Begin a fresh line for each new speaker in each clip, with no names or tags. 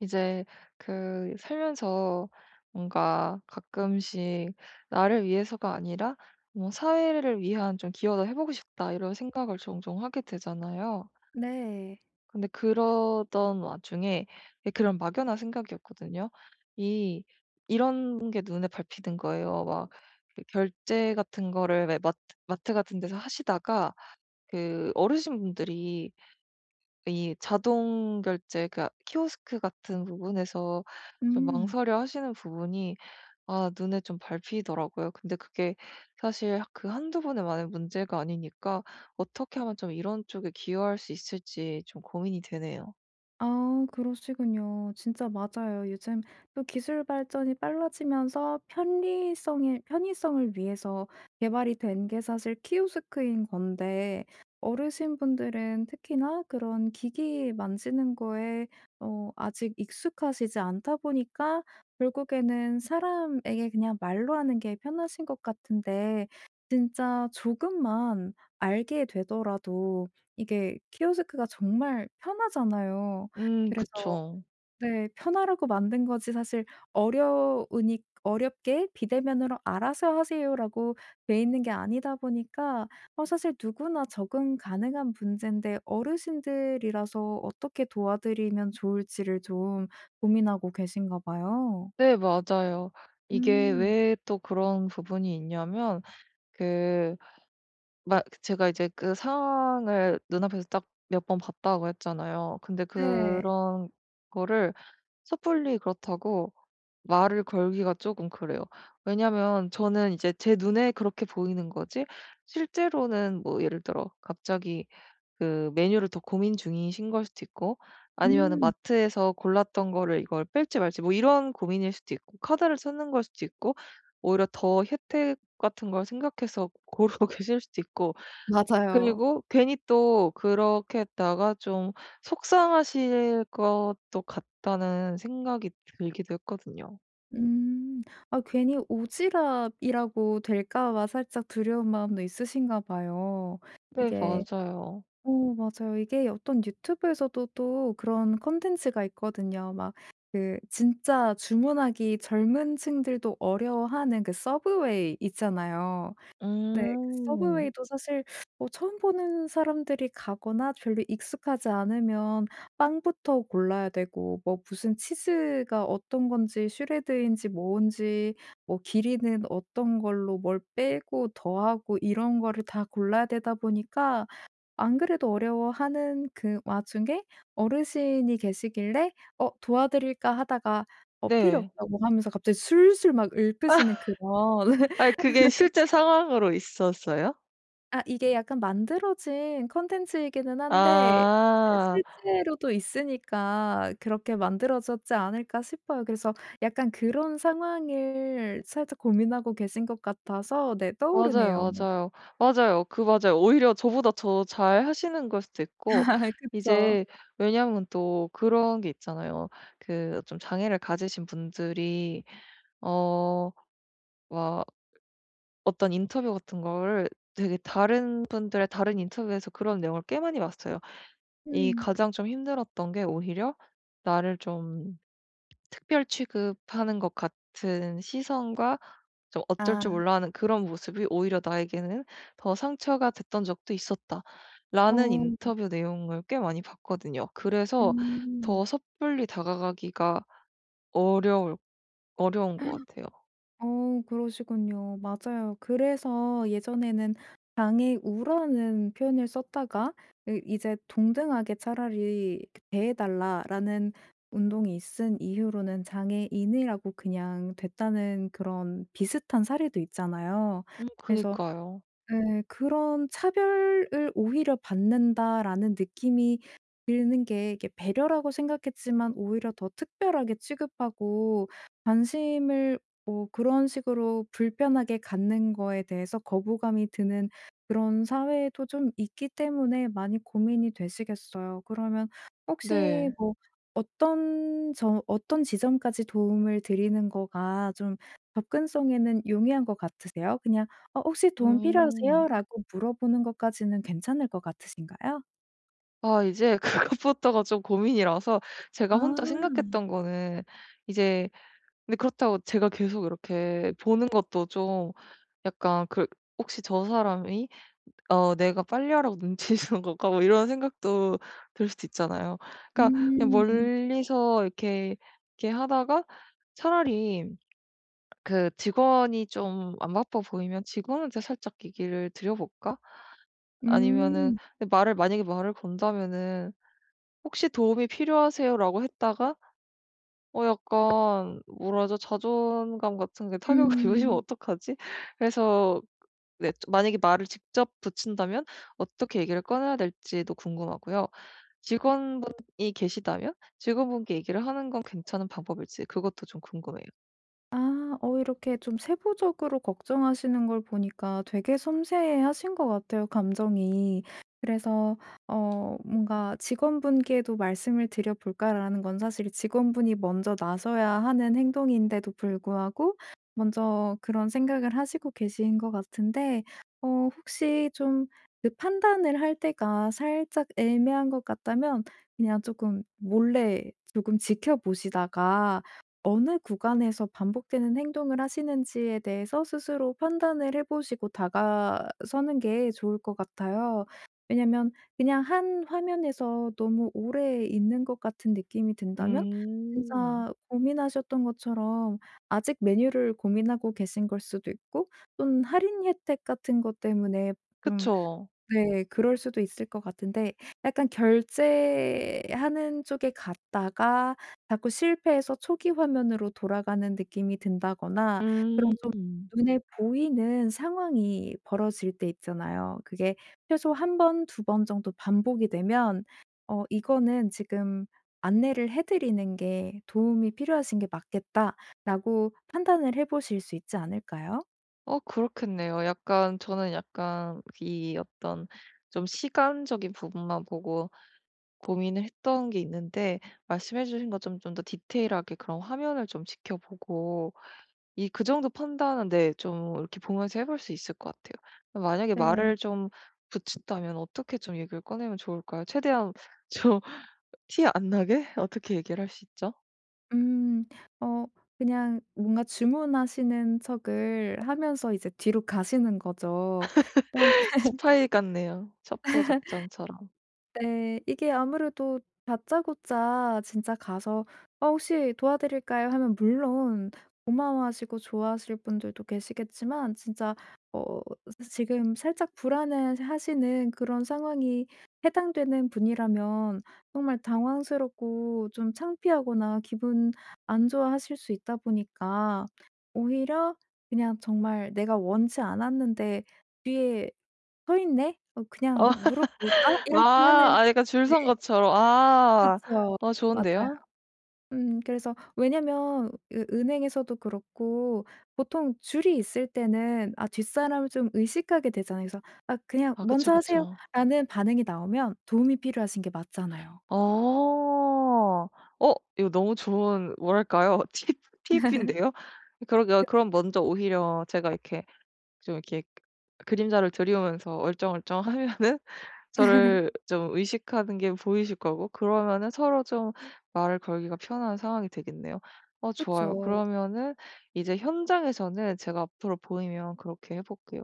이제 그 살면서 뭔가 가끔씩 나를 위해서가 아니라 뭐 사회를 위한 좀 기여도 해보고 싶다, 이런 생각을 종종 하게 되잖아요.
네.
근데 그러던 와중에 그런 막연한 생각이었거든요. 이 이런 게 눈에 밟히는 거예요. 막그 결제 같은 거를 왜 마트 같은 데서 하시다가 그 어르신분들이 이 자동 결제 그 키오스크 같은 부분에서 좀
음.
망설여 하시는 부분이, 아 눈에 좀 밟히더라고요. 근데 그게 사실 그 한두 번에 만의 문제가 아니니까, 어떻게 하면 좀 이런 쪽에 기여할 수 있을지 좀 고민이 되네요.
아, 그러시군요. 진짜 맞아요. 요즘 또 기술 발전이 빨라지면서 편리성에 편의성을 위해서 개발이 된 게 사실 키오스크인 건데 어르신분들은 특히나 그런 기기 만지는 거에 아직 익숙하시지 않다 보니까 결국에는 사람에게 그냥 말로 하는 게 편하신 것 같은데 진짜 조금만 알게 되더라도 이게 키오스크가 정말 편하잖아요.
음,
그래서
그쵸.
네, 편하라고 만든 거지 사실 어려우니 어렵게 "비대면으로 알아서 하세요."라고 돼 있는 게 아니다 보니까 사실 누구나 적응 가능한 문제인데 어르신들이라서 어떻게 도와드리면 좋을지를 좀 고민하고 계신가 봐요.
네, 맞아요. 이게
음.
왜 또 그런 부분이 있냐면, 그 막 제가 이제 그 상황을 눈앞에서 딱 몇 번 봤다고 했잖아요. 근데
네.
그런 거를 섣불리 그렇다고 말을 걸기가 조금 그래요. 왜냐면 저는 이제 제 눈에 그렇게 보이는 거지, 실제로는 뭐 예를 들어 갑자기 그 메뉴를 더 고민 중이신 걸 수도 있고, 아니면은
음.
마트에서 골랐던 거를 이걸 뺄지 말지 뭐 이런 고민일 수도 있고, 카드를 쓰는 걸 수도 있고, 오히려 더 혜택 같은 걸 생각해서 고르고 계실 수도 있고,
맞아요.
그리고 괜히 또 그렇게 했다가 좀 속상하실 것도 같다는 생각이 들기도 했거든요.
음. 아, 괜히 오지랖이라고 될까 봐 살짝 두려운 마음도 있으신가 봐요.
네,
이게
맞아요.
어, 맞아요. 이게 어떤 유튜브에서도 또 그런 콘텐츠가 있거든요. 진짜 주문하기 젊은 층들도 어려워하는 그 서브웨이 있잖아요. 네. 그
음.
서브웨이도 사실 뭐 처음 보는 사람들이 가거나 별로 익숙하지 않으면 빵부터 골라야 되고 뭐 무슨 치즈가 어떤 건지 슈레드인지 뭔지 뭐 길이는 어떤 걸로 뭘 빼고 더하고 이런 거를 다 골라야 되다 보니까 안 그래도 어려워하는 그 와중에 어르신이 계시길래 '어, 도와드릴까?' 하다가 필요
네.
없다고 하면서 갑자기 술술 막 읊으시는
아,
그런
아니 그게 실제 상황으로 있었어요?
아, 이게 약간 만들어진 콘텐츠이기는 한데 네,
아.
실제로도 있으니까 '그렇게 만들어졌지 않을까?' 싶어요. 그래서 약간 그런 상황을 살짝 고민하고 계신 것 같아서 네, 떠오르네요.
맞아요, 맞아요. 맞아요. 그 맞아요. 오히려 저보다 더 잘하시는 걸 수도 있고,
그쵸.
이제 왜냐하면 또 그런 게 있잖아요. 그 좀 장애를 가지신 분들이 어막 어떤 인터뷰 같은 거를, 되게 다른 분들의 다른 인터뷰에서 그런 내용을 꽤 많이 봤어요. 이
음.
가장 좀 힘들었던 게 오히려 나를 좀 특별 취급하는 것 같은 시선과, 좀 어쩔
아.
줄 몰라 하는 그런 모습이 오히려 나에게는 더 상처가 됐던 적도
어.
있었다라는 인터뷰 내용을 꽤 많이 봤거든요. 그래서 더
음.
섣불리 다가가기가 어려울 어려운 것 같아요.
어, 그러시군요. 맞아요. 그래서 예전에는 장애 우라는 표현을 썼다가 이 이제 동등하게 차라리 대해 달라라는 운동이 있은 이후로는 장애인이라고 그냥 됐다는 그런 비슷한 사례도 있잖아요.
음,
그래서
그니까요.
예. 그런 '차별을 오히려 받는다.'라는 느낌이 드는 게 이게 배려라고 생각했지만 오히려 더 특별하게 취급하고 관심을 뭐 그런 식으로 불편하게 갖는 거에 대해서 거부감이 드는 그런 사회도 좀 있기 때문에 많이 고민이 되시겠어요. 그러면 혹시
네.
뭐 어떤 점 어떤 지점까지 도움을 드리는 거가 좀 접근성에는 용이한 것 같으세요? 그냥 "혹시 도움 필요하세요?"
음.
라고 물어보는 것까지는 괜찮을 것 같으신가요?
아, 이제 그것부터가 좀 고민이라서.
아.
제가 혼자 생각했던 거는 이제, 근데 그렇다고 제가 계속 이렇게 보는 것도 좀 약간, 그 혹시 저 사람이, 어 '내가 빨리하라고 눈치 주는 건가?' 뭐 이런 생각도 들 수도 있잖아요. 그러니까 그냥
음.
멀리서 이렇게 이렇게 하다가 차라리 그 직원이 좀 안 바빠 보이면 '직원한테 살짝 얘기를 드려 볼까?' 아니면은,
음.
근데 말을 만약에 말을 건다면은 "혹시 도움이 필요하세요?"라고 했다가, 어 약간 뭐라 하죠? 자존감 같은 게 타격을 입으시면
음.
어떡하지? 그래서 네, 좀 만약에 말을 직접 붙인다면 어떻게 얘기를 꺼내야 될지도 궁금하고요. 직원분이 계시다면 직원분께 얘기를 하는 건 괜찮은 방법일지, 그것도 좀 궁금해요.
아. 어, 이렇게 좀 세부적으로 걱정하시는 걸 보니까 되게 섬세하신 해것 같아요 감정이. 그래서 뭔가 '직원분께도 말씀을 드려 볼까?'라는 건 사실 직원분이 먼저 나서야 하는 행동인데도 불구하고 먼저 그런 생각을 하시고 계신 것 같은데 어, 혹시 좀 그 판단을 할 때가 살짝 애매한 것 같다면 그냥 조금 몰래 조금 지켜보시다가 어느 구간에서 반복되는 행동을 하시는지에 대해서 스스로 판단을 해 보시고 다가서는 게 좋을 것 같아요. 왜냐면 그냥 한 화면에서 너무 오래 있는 것 같은 느낌이 든다면
음.
진짜 고민하셨던 것처럼 아직 메뉴를 고민하고 계신 걸 수도 있고 또는 할인 혜택 같은 것 때문에 좀
그쵸.
네. 그럴 수도 있을 것 같은데 약간 결제하는 쪽에 갔다가 자꾸 실패해서 초기 화면으로 돌아가는 느낌이 든다거나
음.
그런 좀 눈에 보이는 상황이 벌어질 때 있잖아요. 그게 최소 한 번, 두 번 정도 반복이 되면 어, '이거는 지금 안내를 해 드리는 게 도움이 필요하신 게 맞겠다.'라고 판단을 해 보실 수 있지 않을까요?
어, 그렇겠네요. 약간 저는 약간 이 어떤 좀 시간적인 부분만 보고 고민을 했던 게 있는데, 말씀해 주신 것처럼 좀 더 디테일하게 그런 화면을 좀 지켜보고, 이 그 정도 판단은 네, 좀 이렇게 보면서 해볼 수 있을 것 같아요. 만약에
네.
말을 좀 붙인다면 어떻게 좀 얘기를 꺼내면 좋을까요? 최대한 좀 티 안 나게 어떻게 얘기를 할 수 있죠?
음. 어, 그냥 뭔가 주문하시는 척을 하면서 이제 뒤로 가시는 거죠.
스파이 같네요. 첩보 작전처럼.
네. 이게 아무래도 다짜고짜 진짜 가서 "어, 혹시 도와드릴까요?" 하면 물론 고마워하시고 좋아하실 분들도 계시겠지만 진짜 어, 지금 살짝 불안해하시는 그런 상황이 해당되는 분이라면 정말 당황스럽고 좀 창피하거나 기분 안 좋아하실 수 있다 보니까 오히려 그냥 정말 '내가 원치 않았는데 뒤에 서 있네? 어, 그냥
어
물어볼까?' 이렇게
아,
하는
아 약간 줄
네.
선 것처럼. 아.
그쵸.
어,
맞아요.
좋은데요?
음, 그래서 왜냐면 으 은행에서도 그렇고 보통 줄이 있을 때는 아, 뒷사람을 좀 의식하게 되잖아요. 그래서 "아, 그냥
아, 그쵸,
먼저
그쵸.
하세요."라는 반응이 나오면 도움이 필요하신 게 맞잖아요.
어. 어, 이거 너무 좋은 뭐랄까요? 팁 팁인데요. 그러게요. 그럼 먼저 오히려 제가 이렇게 좀, 이렇게 그림자를 들이우면서 얼쩡얼쩡 하면은
그
저를 좀 의식하는 게 보이실 거고, 그러면은 서로 좀 말을 걸기가 편한 상황이 되겠네요. 어, 좋아요.
그쵸.
그러면은 이제 현장에서는 제가 앞으로 보이면 그렇게 해 볼게요.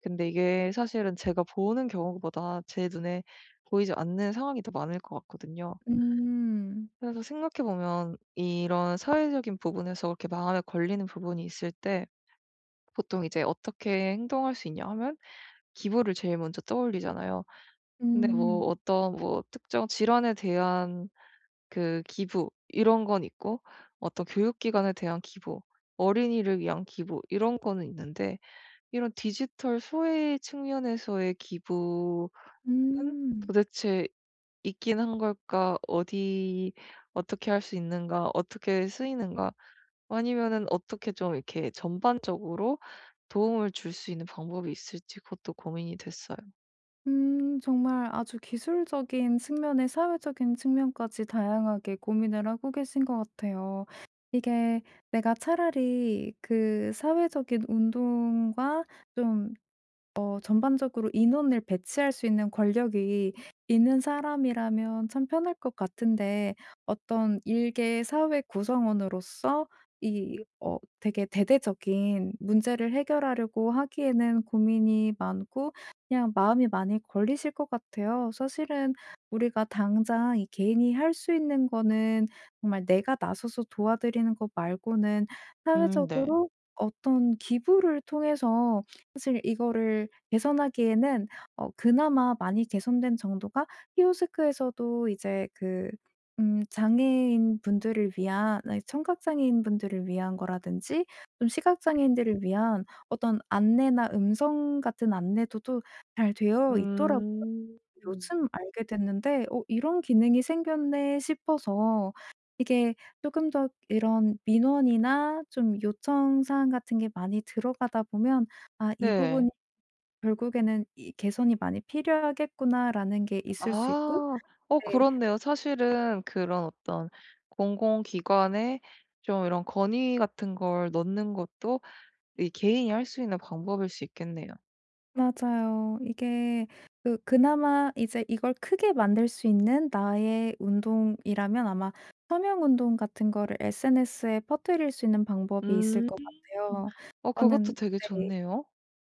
근데 이게 사실은 제가 보는 경우보다 제 눈에 보이지 않는 상황이 더 많을 것 같거든요.
음.
그래서 생각해 보면 이런 사회적인 부분에서 그렇게 마음에 걸리는 부분이 있을 때 보통 이제 '어떻게 행동할 수 있냐.' 하면 기부를 제일 먼저 떠올리잖아요. 근데
음.
뭐 어떤 뭐 특정 질환에 대한 그 기부 이런 건 있고, 어떤 교육기관에 대한 기부, 어린이를 위한 기부 이런 거는 있는데, 이런 디지털 소외 측면에서의 기부는
음.
도대체 있긴 한 걸까? 어디 어떻게 할 수 있는가? 어떻게 쓰이는가? 아니면은 어떻게 좀 이렇게 전반적으로 도움을 줄 수 있는 방법이 있을지, 그것도 고민이 됐어요.
음, 정말 아주 기술적인 측면에 사회적인 측면까지 다양하게 고민을 하고 계신 것 같아요. 이게 내가 차라리 그 사회적인 운동과 좀 어, 전반적으로 인원을 배치할 수 있는 권력이 있는 사람이라면 참 편할 것 같은데 어떤 일개 사회 구성원으로서 이 어 되게 대대적인 문제를 해결하려고 하기에는 고민이 많고 그냥 마음이 많이 걸리실 것 같아요. 사실은 우리가 당장 이 개인이 할 수 있는 거는 정말 내가 나서서 도와드리는 것 말고는
음, 네.
사회적으로 어떤 기부를 통해서 사실 이거를 개선하기에는 어, 그나마 많이 개선된 정도가 히오스크에서도 이제 그 음, 장애인분들을 위한 아니 청각장애인분들을 위한 거라든지 좀 시각장애인들을 위한 어떤 안내나 음성 같은 안내도도 잘 되어 있더라고요.
음.
요즘 알게 됐는데 '어, 이런 기능이 생겼네.' 싶어서 이게 조금 더 이런 민원이나 좀 요청 사항 같은 게 많이 들어가다 보면 '아 이부
네.
분 결국에는 '이 개선이 많이 필요하겠구나.'라는 게 있을 수 있고
아. 어,
네.
그렇네요. 사실은 그런 어떤 공공기관에 좀 이런 건의 같은 걸 넣는 것도 이 개인이 할 수 있는 방법일 수 있겠네요.
맞아요. 이게 그나마 이제 이걸 크게 만들 수 있는 나의 운동이라면 아마 서명 운동 같은 거를 SNS에 퍼뜨릴 수 있는 방법이 있을
음.
것 같아요.
어, 그것도
저는
되게
네.
좋네요.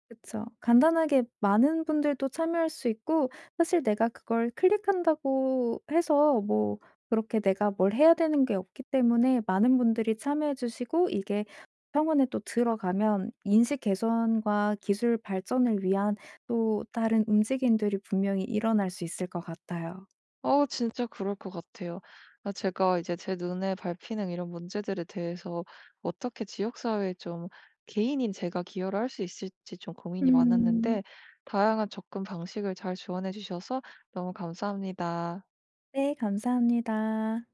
그쵸. 간단하게 많은 분들도 참여할 수 있고 사실 내가 그걸 클릭한다고 해서 뭐 그렇게 내가 뭘 해야 되는 게 없기 때문에 많은 분들이 참여해 주시고 이게 평원에 또 들어가면 인식 개선과 기술 발전을 위한 또 다른 움직임들이 분명히 일어날 수 있을 것 같아요.
어, 진짜 그럴 것 같아요. 아, 제가 이제 제 눈에 밟히는 이런 문제들에 대해서 어떻게 지역 사회에 좀 개인인 제가 기여를 할 수 있을지 좀 고민이
음.
많았는데, 다양한 접근 방식을 잘 조언해 주셔서 너무 감사합니다.
네, 감사합니다.